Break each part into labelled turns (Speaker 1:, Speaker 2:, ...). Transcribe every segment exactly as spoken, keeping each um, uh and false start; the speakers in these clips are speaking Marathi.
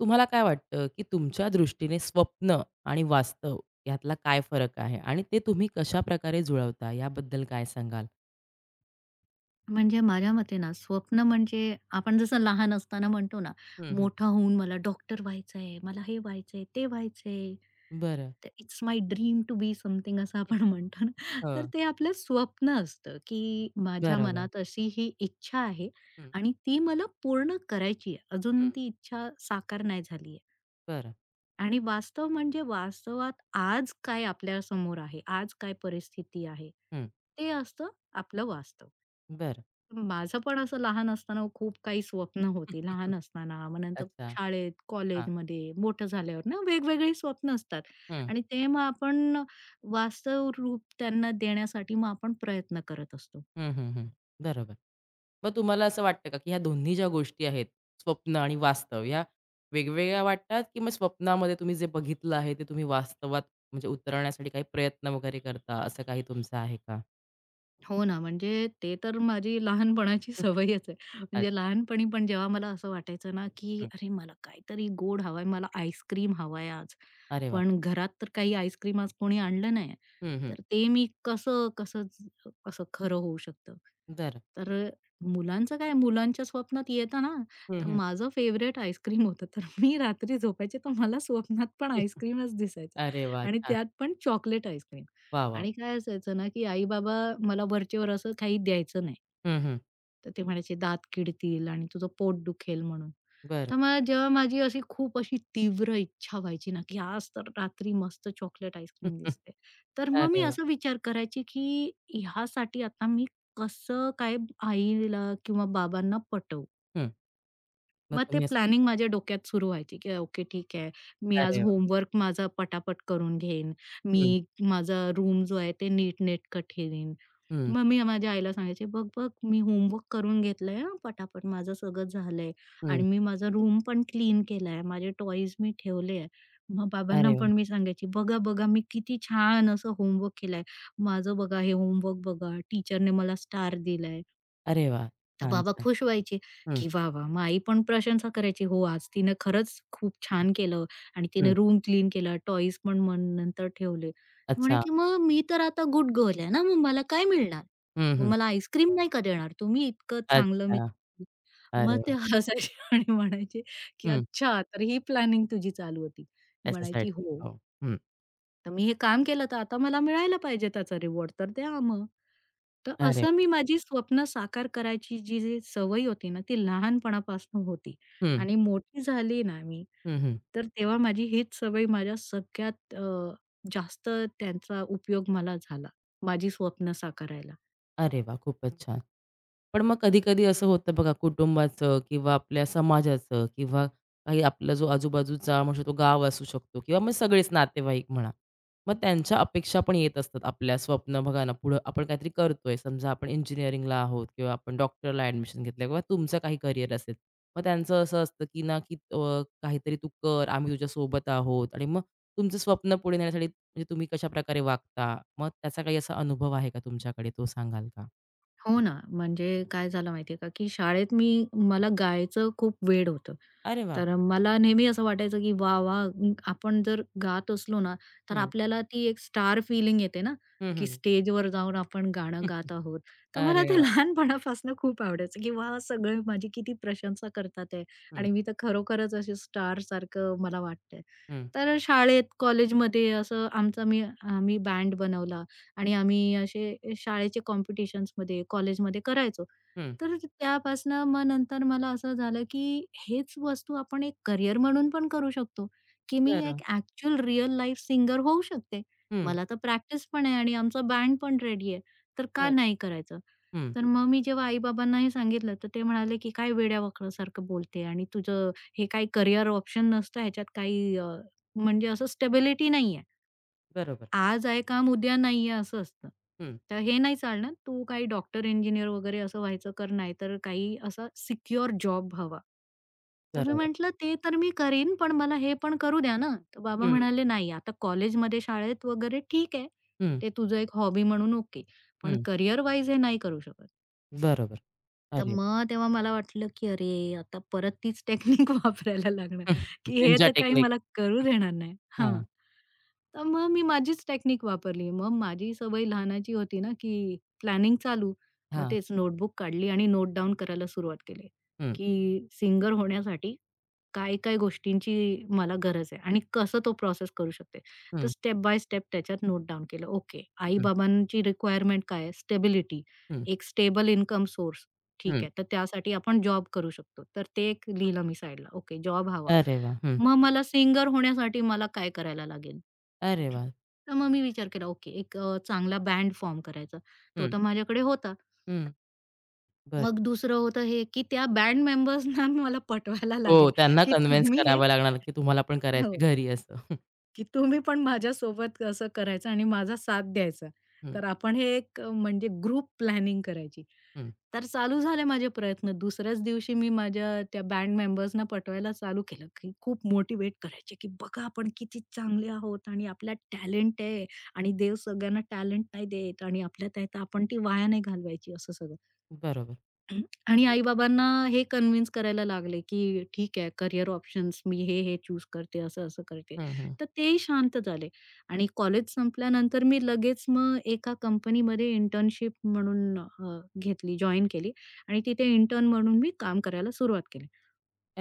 Speaker 1: तुम्हाला काय वाटतं, की तुमच्या दृष्टीने स्वप्न आणि वास्तव यातला काय फरक आहे? आणि ते तुम्ही कशाप्रकारे जुळवता याबद्दल काय सांगाल?
Speaker 2: म्हणजे माझ्या मते ना, स्वप्न म्हणजे आपण जसं लहान असताना म्हणतो ना,
Speaker 1: हं, हं.
Speaker 2: मोठा होऊन मला डॉक्टर व्हायचंय, मला हे व्हायचंय, ते व्हायचंय.
Speaker 1: बरं.
Speaker 2: It's my dream to be something असं आपण म्हणतो ना, तर
Speaker 1: हो.
Speaker 2: ते आपलं स्वप्न असतं, की माझ्या
Speaker 1: बरोबर.
Speaker 2: मनात अशी ही इच्छा आहे
Speaker 1: हं,
Speaker 2: आणि ती मला पूर्ण करायची आहे. अजून
Speaker 1: हं.
Speaker 2: ती इच्छा साकार नाही झाली आहे.
Speaker 1: बरं.
Speaker 2: आणि वास्तव म्हणजे वास्तवात आज काय आपल्यासमोर आहे, आज काय परिस्थिती आहे,
Speaker 1: हं.
Speaker 2: ते असतं आपलं वास्तव.
Speaker 1: बरं.
Speaker 2: माझं पण असं लहान असताना खूप काही स्वप्न होती. लहान असताना, मग नंतर
Speaker 1: अच्छा.
Speaker 2: शाळेत,
Speaker 1: हां.
Speaker 2: कॉलेजमध्ये, मोठं झाल्यावर ना वेगवेगळी स्वप्न असतात
Speaker 1: हं.
Speaker 2: आणि ते मग आपण वास्तव रूप त्यांना देण्यासाठी मग आपण प्रयत्न करत असतो.
Speaker 1: हं, हं, हं. बरोबर. मग तुम्हाला असं वाटतं का, की ह्या दोन्ही ज्या गोष्टी आहेत, स्वप्न आणि वास्तव या वेगवेगळ्या वाटतात, की मग स्वप्नामध्ये तुम्ही जे बघितलं आहे, ते तुम्ही वास्तवात म्हणजे उतरवण्यासाठी काही प्रयत्न वगैरे करता, असं काही तुमचं आहे का?
Speaker 2: हो ना, म्हणजे ते तर माझी लहानपणाची सवयच आहे. म्हणजे
Speaker 1: अच्छा.
Speaker 2: लहानपणी पण जेव्हा मला असं वाटायचं ना, की
Speaker 1: हं.
Speaker 2: अरे मला काहीतरी गोड हवंय, मला आईस्क्रीम हवंय आज.
Speaker 1: अरे वाह!
Speaker 2: पण घरात तर काही आईस्क्रीम आज कोणी आणलं नाही.
Speaker 1: हं, हं.
Speaker 2: तर ते मी कसं कसं ज- कसं खरं होऊ शकतं?
Speaker 1: बरं.
Speaker 2: तर अ, मुलांचं काय मुलांच्या स्वप्नात येतं ना,
Speaker 1: हं,
Speaker 2: तर
Speaker 1: हं.
Speaker 2: माझं फेव्हरेट आईस्क्रीम होतं. तर मी रात्री झोपायचे तर मला स्वप्नात पण आईस्क्रीमच दिसायचं
Speaker 1: अरे वाह!
Speaker 2: आणि
Speaker 1: छान.
Speaker 2: त्यात पण चॉकलेट आईस्क्रीम.
Speaker 1: वाह, वाह!
Speaker 2: आणि काय असायचं ना, की आई-बाबा मला वरचेवर असं काही द्यायचं नाही.
Speaker 1: हं, हं.
Speaker 2: तर ते म्हणायचे, "दात किडतील आणि तुझं पोट दुखेल" म्हणून.
Speaker 1: बरं.
Speaker 2: तर मला जेव्हा माझी अशी खूप अशी तीव्र इच्छा व्हायची ना, की आज तर रात्री मस्त चॉकलेट आईस्क्रीम
Speaker 1: हं.
Speaker 2: दिसते. तर मग
Speaker 1: अरे
Speaker 2: मी
Speaker 1: वाह!
Speaker 2: असा विचार करायची, की ह्यासाठी आता मी कसं काय आईला किंवा बाबांना पटवू?
Speaker 1: हं. मग
Speaker 2: मग ते
Speaker 1: तुम्ही असं.
Speaker 2: प्लॅनिंग माझ्या डोक्यात सुरू व्हायची, की ओके ठीक आहे. मी आज
Speaker 1: अरे वाह!
Speaker 2: होमवर्क माझा पटापट करून घेईन. मी
Speaker 1: हं,
Speaker 2: माझा रूम जो आहे ते नीटनेटकं ठेवीन.
Speaker 1: हं,
Speaker 2: मग मी माझ्या आईला सांगायचे, "बघ, बघ मी होमवर्क करून घेतलंय हां पटापट. माझं सगळं झालंय
Speaker 1: हं.
Speaker 2: आणि मी माझा रूम पण क्लीन केलाय. माझे टॉयज मी ठेवले आहे." मग बाबांना
Speaker 1: अरे वाह!
Speaker 2: पण मी सांगायची, "बघा, बघा मी किती छान असं होमवर्क केलाय. माझं बघा हे होमवर्क बघा. टीचरने मला स्टार दिलाय."
Speaker 1: अरे वाह!
Speaker 2: तर
Speaker 1: छान,
Speaker 2: बाबा
Speaker 1: छान.
Speaker 2: खुश व्हायचे,
Speaker 1: हं,
Speaker 2: की वाह, वाह! मग आई पण प्रशंसा करायची, "हो, आज तिने खरंच खूप छान केलं आणि तिने
Speaker 1: हं.
Speaker 2: रूम क्लीन केला, टॉयज पण मग नंतर ठेवले."
Speaker 1: अच्छा.
Speaker 2: म्हणायची, "मग मी तर आता गुड गर्ल आहे ना, मग मला काय मिळणार?
Speaker 1: हं,
Speaker 2: मग
Speaker 1: हं.
Speaker 2: मला आईस्क्रीम नाही का देणार तुम्ही? इतकं चांगलं
Speaker 1: अच्छा.
Speaker 2: मी" मग
Speaker 1: अरे
Speaker 2: ते
Speaker 1: वाह!
Speaker 2: हसायचे आणि म्हणायचे, की
Speaker 1: हं.
Speaker 2: "अच्छा, तर ही प्लॅनिंग तुझी चालू होती." म्हणायची,
Speaker 1: त्याच्यासाठी.
Speaker 2: "हो."
Speaker 1: हो. हं.
Speaker 2: तर मी हे काम केलं तर आता मला मिळायला पाहिजे त्याचा रिवॉर्ड तर द्या मग. तर
Speaker 1: अरे
Speaker 2: असं
Speaker 1: वाह!
Speaker 2: मी माझी स्वप्न साकार करायची जी जी सवय होती ना, ती लहानपणापासून होती
Speaker 1: हं.
Speaker 2: आणि मोठी झाली ना मी,
Speaker 1: हं, हं.
Speaker 2: तर तेव्हा माझी हीच सवय माझ्या सगळ्यात अ, जास्त त्यांचा उपयोग मला झाला, माझी स्वप्न साकारायला.
Speaker 1: अरे वा, खूपच छान. पण मग कधी-कधी असं होतं बघा कुटुंबाचं किंवा आपल्या समाजाचं किंवा काही आपला जो आजूबाजूचा म्हणू शकतो गाव असू शकतो किंवा मग सगळेच नातेवाईक म्हणा. मग त्यांच्या अपेक्षा पण येत असतात आपल्या स्वप्न बघा ना, पुढं आपण काहीतरी करतोय. समजा आपण इंजिनिअरिंगला आहोत किंवा आपण डॉक्टरला ॲडमिशन घेतलं किंवा तुमचं काही करियर असेल. मग त्यांचं असं असतं की ना, की अ, काहीतरी तू कर, आम्ही तुझ्यासोबत आहोत आणि मग तुमचं स्वप्न पुढे नेण्यासाठी म्हणजे तुम्ही कशाप्रकारे वागता? मग त्याचा काही असा अनुभव आहे का तुमच्याकडे तो सांगाल का?
Speaker 2: हो ना, म्हणजे काय झालं माहिती आहे का, की शाळेत मी मला गायचं खूप वेड होतं.
Speaker 1: अरे वाह!
Speaker 2: तर मला नेहमी असं वाटायचं, की वाह! वाह! आपण जर गात असलो ना, तर
Speaker 1: हं.
Speaker 2: आपल्याला ती एक स्टार फीलिंग येते ना,
Speaker 1: हं,
Speaker 2: की
Speaker 1: हं.
Speaker 2: स्टेजवर जाऊन आपण गाणं
Speaker 1: हं.
Speaker 2: गात आहोत. तर मला
Speaker 1: अरे
Speaker 2: ते
Speaker 1: वाह!
Speaker 2: लहानपणापासून खूप आवडायचं, की वाह! सगळे माझी किती प्रशंसा करतात आहे
Speaker 1: हं,
Speaker 2: आणि मी तर खरोखरच अशी स्टारसारखं मला वाटतंय.
Speaker 1: हं,
Speaker 2: तर शाळेत, कॉलेजमध्ये असं आमचा मी आम्ही बँड बनवला आणि आम्ही असे शाळेचे कॉम्पिटिशन्समध्ये, कॉलेजमध्ये करायचो.
Speaker 1: हं.
Speaker 2: तर त्यापासनं मग नंतर मला असं झालं, की हेच वस्तू आपण एक करियर म्हणून पण करू शकतो, की मी
Speaker 1: बरं.
Speaker 2: एक ॲक्चुअल रिअल लाईफ सिंगर होऊ शकते.
Speaker 1: हं,
Speaker 2: मला तर प्रॅक्टिस पण आहे आणि आमचा बँड पण रेडी आहे. तर का
Speaker 1: बर
Speaker 2: नाही करायचं?
Speaker 1: हं.
Speaker 2: तर मग मी जेव्हा आई-बाबांना हे सांगितलं, तर ते म्हणाले, की "काय वेड्यावाकड्यासारखं बोलते आणि तुझं हे काही करियर ऑप्शन नसतं ह्याच्यात काही अ, म्हणजे असं स्टेबिलिटी नाहीये."
Speaker 1: बरोबर.
Speaker 2: आज आहे काम उद्या नाहीये असं असतं.
Speaker 1: हं.
Speaker 2: तर हे नाही चालणार. तू काही डॉक्टर, इंजिनिअर वगैरे असं व्हायचं कर, नाही तर काही असा सिक्युअर जॉब हवा. तर मी
Speaker 1: बरोबर.
Speaker 2: म्हटलं, "ते तर मी करीन, पण मला हे पण करू द्या ना." तर बाबा
Speaker 1: हं,
Speaker 2: म्हणाले, "नाही, आता कॉलेजमध्ये, शाळेत वगैरे ठीक आहे.
Speaker 1: हं,
Speaker 2: ते तुझं एक हॉबी म्हणून ओके. पण
Speaker 1: हं.
Speaker 2: करियर वाईज हे नाही करू शकत."
Speaker 1: बरोबर.
Speaker 2: तर
Speaker 1: अरे
Speaker 2: मग तेव्हा मला वाटलं, की अरे आता परत तीच टेक्निक वापरायला लागणार,
Speaker 1: हं.
Speaker 2: की हे
Speaker 1: निंजा
Speaker 2: तर काही
Speaker 1: टेक्निक.
Speaker 2: मला करू
Speaker 1: हं.
Speaker 2: देणार नाही.
Speaker 1: हां,
Speaker 2: हां. तर मग मी माझीच टेक्निक वापरली. मग माझी सवय लहानाची होती ना, की प्लॅनिंग चालू. मग
Speaker 1: हां.
Speaker 2: तेच नोटबुक काढली आणि नोट डाउन करायला सुरुवात केली,
Speaker 1: हं,
Speaker 2: की सिंगर होण्यासाठी काय-काय गोष्टींची मला गरज आहे आणि कसं तो प्रोसेस करू शकते. तर
Speaker 1: हं,
Speaker 2: स्टेप बाय स्टेप त्याच्यात नोट डाउन केलं. ओके,
Speaker 1: हं,
Speaker 2: आई-बाबांची रिक्वायरमेंट काय स्टेबिलिटी,
Speaker 1: हं,
Speaker 2: एक स्टेबल इन्कम सोर्स. ठीक आहे. तर त्यासाठी आपण जॉब करू शकतो. तर ते एक लिहिलं मी साइडला. ओके जॉब हवा.
Speaker 1: अरे वाह! हं.
Speaker 2: मग मला सिंगर होण्यासाठी मला काय करायला लागेल?
Speaker 1: अरे वाह!
Speaker 2: तर मग मी विचार केला ओके एक अ, चांगला बँड फॉर्म करायचा. तो
Speaker 1: हं,
Speaker 2: तर माझ्याकडे होता.
Speaker 1: हं. बरं.
Speaker 2: मग दुसरं होतं हे, की त्या बँड मेंबर्सना मला पटवायला
Speaker 1: हो,
Speaker 2: लागेल,
Speaker 1: त्यांना
Speaker 2: की
Speaker 1: कन्व्हिन्स
Speaker 2: तुम्ही हे
Speaker 1: करावं लागणार, की तुम्हाला पण करायचं
Speaker 2: हो.
Speaker 1: घरी असं.
Speaker 2: की तुम्ही पण माझ्यासोबत असं करायचं आणि माझा साथ द्यायचा.
Speaker 1: हं,
Speaker 2: तर आपण हे एक अ, म्हणजे ग्रुप प्लॅनिंग करायची.
Speaker 1: हं.
Speaker 2: तर चालू झाले माझे प्रयत्न. दुसऱ्याच दिवशी मी माझ्या त्या बँड मेंबर्सना पटवायला चालू केलं, की खूप मोटिवेट करायचे, की "बघा आपण किती चांगले आहोत आणि आपल्यात टॅलेंट आहे आणि देव सगळ्यांना टॅलेंट नाही देत आणि आपल्यात आहे तर आपण ती वाया नाही घालवायची." असं सगळं.
Speaker 1: बरोबर.
Speaker 2: हं. आणि आई-बाबांना हे कन्विन्स करायला लागले, की ठीक आहे करियर ऑप्शन्स मी हे, हे चूज करते, असं-असं करते.
Speaker 1: हं, हं.
Speaker 2: तर तेही शांत झाले आणि कॉलेज संपल्यानंतर मी लगेच मग एका कंपनीमध्ये इंटर्नशिप म्हणून अ, घेतली, जॉइन केली आणि तिथे इंटर्न म्हणून मी काम करायला सुरुवात केली.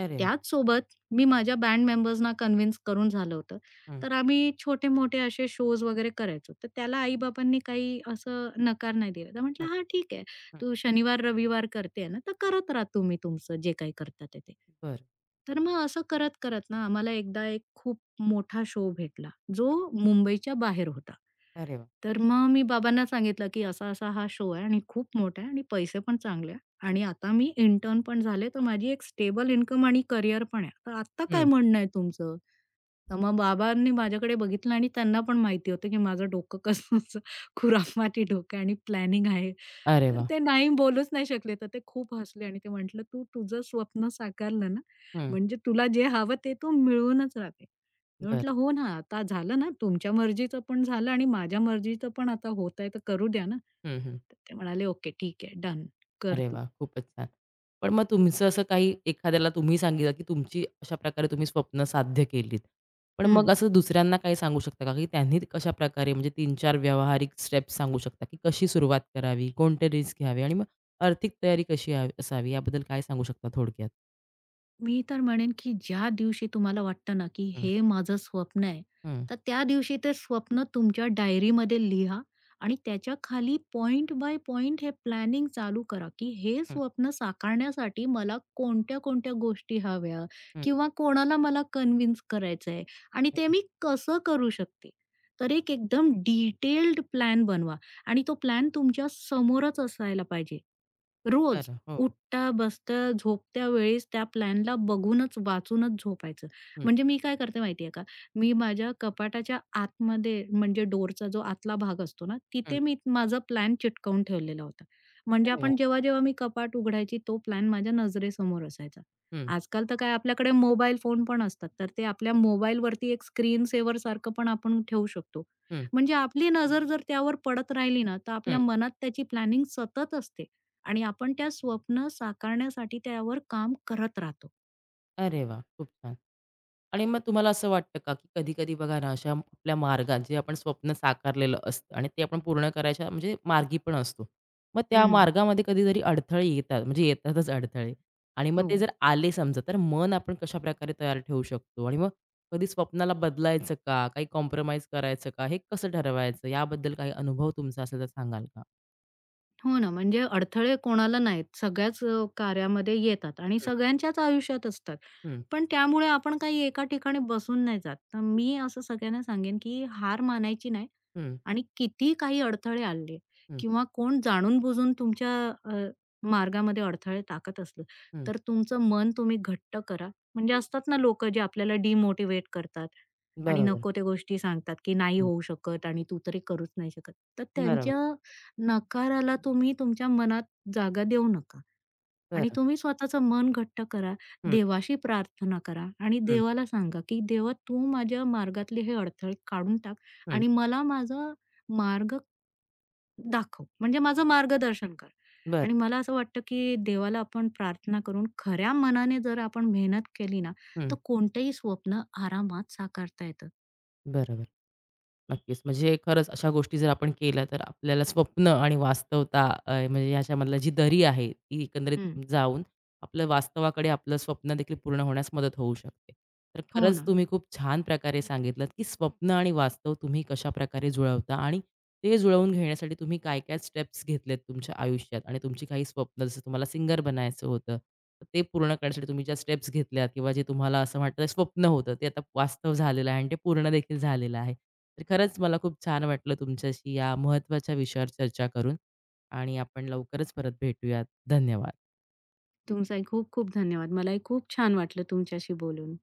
Speaker 1: अरे वाह!
Speaker 2: त्याचसोबत मी माझ्या बँड मेंबर्सना कन्विन्स करून झालं होतं.
Speaker 1: हं,
Speaker 2: तर आम्ही छोटे-मोठे असे शोज वगैरे करायचो. तर त्याला आई-बाबांनी काही असं नकार नाही दिला. तर म्हटलं,
Speaker 1: हं,
Speaker 2: "हां, ठीक आहे."
Speaker 1: हं.
Speaker 2: तू शनिवार, रविवार करते आहे ना, तर करत राहा तुम्ही तुमचं जे काही करता ते ते.
Speaker 1: बरं.
Speaker 2: तर मग असं करत-करत ना आम्हाला एकदा एक खूप मोठा शो भेटला, जो मुंबईच्या बाहेर होता.
Speaker 1: अरे वाह!
Speaker 2: तर मग मी बाबांना सांगितलं, की असा-असा हा शो आहे आणि खूप मोठा आहे आणि पैसे पण चांगले आहे. आणि आता मी इंटर्न पण झाले, तर माझी एक स्टेबल इन्कम आणि करियर पण आहे. तर आत्ता काय
Speaker 1: हं.
Speaker 2: म्हणणं आहे तुमचं? तर मग बाबांनी माझ्याकडे बघितलं आणि त्यांना पण माहिती होतं, की माझं डोकं कसं खुराफाटी डोकं आणि प्लॅनिंग आहे.
Speaker 1: अरे
Speaker 2: तर
Speaker 1: वाह!
Speaker 2: ते नाही बोलूच नाही शकले. तर ते खूप हसले आणि ते म्हटलं, "तू तुझं स्वप्न साकारलं ना,
Speaker 1: हं.
Speaker 2: म्हणजे तुला जे हवं ते तू मिळवूनच राहते." मी
Speaker 1: बरं.
Speaker 2: म्हटलं, "हो ना, आता झालं ना, तुमच्या मर्जीचं पण झालं आणि माझ्या मर्जीचं पण आता होतंय तर करू द्या ना."
Speaker 1: हं, हं.
Speaker 2: तर ते म्हणाले, "ओके, ठीक आहे, डन, कर
Speaker 1: अरे
Speaker 2: तू."
Speaker 1: वाह! खूपच छान. पण मग तुमचं असं काही एखाद्याला तुम्ही सांगितलं, की तुमची अशा प्रकारे तुम्ही स्वप्न साध्य केलीत. पण मग
Speaker 2: हं.
Speaker 1: असं दुसऱ्यांना काही सांगू शकता का, की त्यांनी कशाप्रकारे म्हणजे तीन चार व्यावहारिक स्टेप्स सांगू शकता, की कशी सुरुवात करावी, कोणते रिस्क घ्यावे आणि मग आर्थिक तयारी कशी हवी असावी याबद्दल काय सांगू शकता थोडक्यात?
Speaker 2: मी तर म्हणेन, की ज्या दिवशी तुम्हाला वाटतं ना, की
Speaker 1: हं,
Speaker 2: हे माझं स्वप्न आहे,
Speaker 1: हं,
Speaker 2: तर त्या दिवशी ते स्वप्न तुमच्या डायरीमध्ये लिहा आणि त्याच्या खाली पॉइंट बाय पॉइंट हे प्लॅनिंग चालू करा, की हे
Speaker 1: हं,
Speaker 2: स्वप्न साकारण्यासाठी मला कोणत्या-कोणत्या गोष्टी हव्या
Speaker 1: हं,
Speaker 2: किंवा कोणाला मला कन्विन्स करायचं आहे आणि ते
Speaker 1: हं.
Speaker 2: मी कसं करू शकते. तर एक एकदम डिटेल्ड प्लॅन बनवा आणि तो प्लॅन तुमच्या समोरच असायला पाहिजे, रोज.
Speaker 1: खरं. हो.
Speaker 2: उठता, बसता, झोपत्या वेळेस त्या प्लॅनला बघूनच, वाचूनच झोपायचं.
Speaker 1: हं,
Speaker 2: म्हणजे मी काय करते माहिती आहे का, मी माझ्या कपाटाच्या आतमध्ये म्हणजे डोरचा जो आतला भाग असतो ना,
Speaker 1: हं.
Speaker 2: तिथे मी माझा प्लॅन चिटकवून ठेवलेला होता. म्हणजे
Speaker 1: अरे वाह!
Speaker 2: आपण जेव्हा-जेव्हा मी कपाट उघडायची तो प्लॅन माझ्या नजरेसमोर असायचा.
Speaker 1: हं,
Speaker 2: आजकाल तर काय आपल्याकडे मोबाईल फोन पण असतात, तर ते आपल्या मोबाईलवरती एक स्क्रीन सेव्हर सारखं पण आपण ठेवू शकतो.
Speaker 1: हं,
Speaker 2: म्हणजे आपली नजर जर त्यावर पडत राहिली ना, तर आपल्या
Speaker 1: हं.
Speaker 2: मनात त्याची प्लॅनिंग सतत असते. आणि आपण त्या स्वप्न साकारण्यासाठी त्यावर काम करत राहतो.
Speaker 1: अरे वा, खूप छान. आणि मग तुम्हाला असं वाटतं का, की कधी-कधी बघा ना, अशा आपल्या मार्गात जे आपण स्वप्न साकारलेलं असतं आणि ते आपण पूर्ण करायच्या म्हणजे मार्गी पण असतो. मग त्या
Speaker 2: हं.
Speaker 1: मार्गामध्ये कधीतरी अडथळे येतात, म्हणजे येतातच अडथळे आणि मग
Speaker 2: हो.
Speaker 1: ते जर आले समजा, तर मन आपण कशाप्रकारे तयार ठेवू शकतो? आणि मग कधी स्वप्नाला बदलायचं का? काही कॉम्प्रोमाईज करायचं का? हे कसं ठरवायचं? याबद्दल काही अनुभव तुमचा असेल तर सांगाल का?
Speaker 2: हो ना, म्हणजे अडथळे कोणाला नाहीत. सगळ्याच अ, कार्यामध्ये येतात आणि
Speaker 1: हं,
Speaker 2: सगळ्यांच्याच आयुष्यात असतात. पण त्यामुळे आपण काही एका ठिकाणी बसून नाही जात. तर
Speaker 1: हं,
Speaker 2: मी असं सगळ्यांना सांगेन की हार मानायची नाही
Speaker 1: हं,
Speaker 2: आणि किती काही अडथळे आणले
Speaker 1: हं,
Speaker 2: किंवा कोण जाणून-बुजून तुमच्या अ, मार्गामध्ये अडथळे टाकत असलं,
Speaker 1: हं.
Speaker 2: तर तुमचं मन तुम्ही घट्ट करा. म्हणजे असतात ना लोकं जे आपल्याला डिमोटिव्हेट करतात आणि
Speaker 1: बरोबर.
Speaker 2: नको ते गोष्टी सांगतात, की नाही
Speaker 1: हं.
Speaker 2: होऊ शकत आणि तू तरी करूच नाही शकत. तर त्यांच्या
Speaker 1: बरोबर.
Speaker 2: नकाराला तुम्ही तुमच्या मनात जागा देऊ नका आणि
Speaker 1: बरं.
Speaker 2: तुम्ही स्वतःचं मन घट्ट करा,
Speaker 1: हं,
Speaker 2: देवाशी प्रार्थना करा आणि
Speaker 1: हं,
Speaker 2: देवाला सांगा, की देवा तू माझ्या मार्गातले हे अडथळे काढून टाक
Speaker 1: हं.
Speaker 2: आणि मला माझा मार्ग दाखव, म्हणजे माझं मार्गदर्शन कर. आणि
Speaker 1: बरं.
Speaker 2: मला असं वाटतं, की देवाला आपण प्रार्थना करून खऱ्या मनाने जर आपण मेहनत केली ना,
Speaker 1: हं,
Speaker 2: तर कोणतंही स्वप्न आरामात साकारता येतं.
Speaker 1: बरोबर. नक्कीच. म्हणजे खरंच अशा गोष्टी जर आपण केल्या, तर आपल्याला स्वप्न आणि वास्तवता अ, म्हणजे ह्याच्यामधला जी दरी आहे, ती
Speaker 2: हं.
Speaker 1: एकंदरीत जाऊन आपलं वास्तवाकडे आपलं स्वप्न देखील पूर्ण होण्यास मदत होऊ शकते. तर
Speaker 2: हो
Speaker 1: खरंच
Speaker 2: ना.
Speaker 1: तुम्ही खूप छान प्रकारे सांगितलंत, की स्वप्न आणि वास्तव तुम्ही कशाप्रकारे जुळवता आणि ते जुळवून घेण्यासाठी तुम्ही काय-काय स्टेप्स घेतलेत तुमच्या आयुष्यात आणि तुमची काही स्वप्न जसं तुम्हाला सिंगर बनायचं होतं, तर ते पूर्ण करण्यासाठी तुम्ही ज्या स्टेप्स घेतल्यात किंवा जे तुम्हाला असं वाटतं स्वप्न होतं ते आता वास्तव झालेलं आहे आणि ते पूर्ण देखील झालेलं आहे. तर खरंच मला खूप छान वाटलं तुमच्याशी या महत्त्वाच्या विषयावर चर्चा करून आणि आपण लवकरच परत भेटूयात. धन्यवाद.
Speaker 2: तुमचाही खूप खूप धन्यवाद. मलाही खूप छान वाटलं तुमच्याशी बोलून.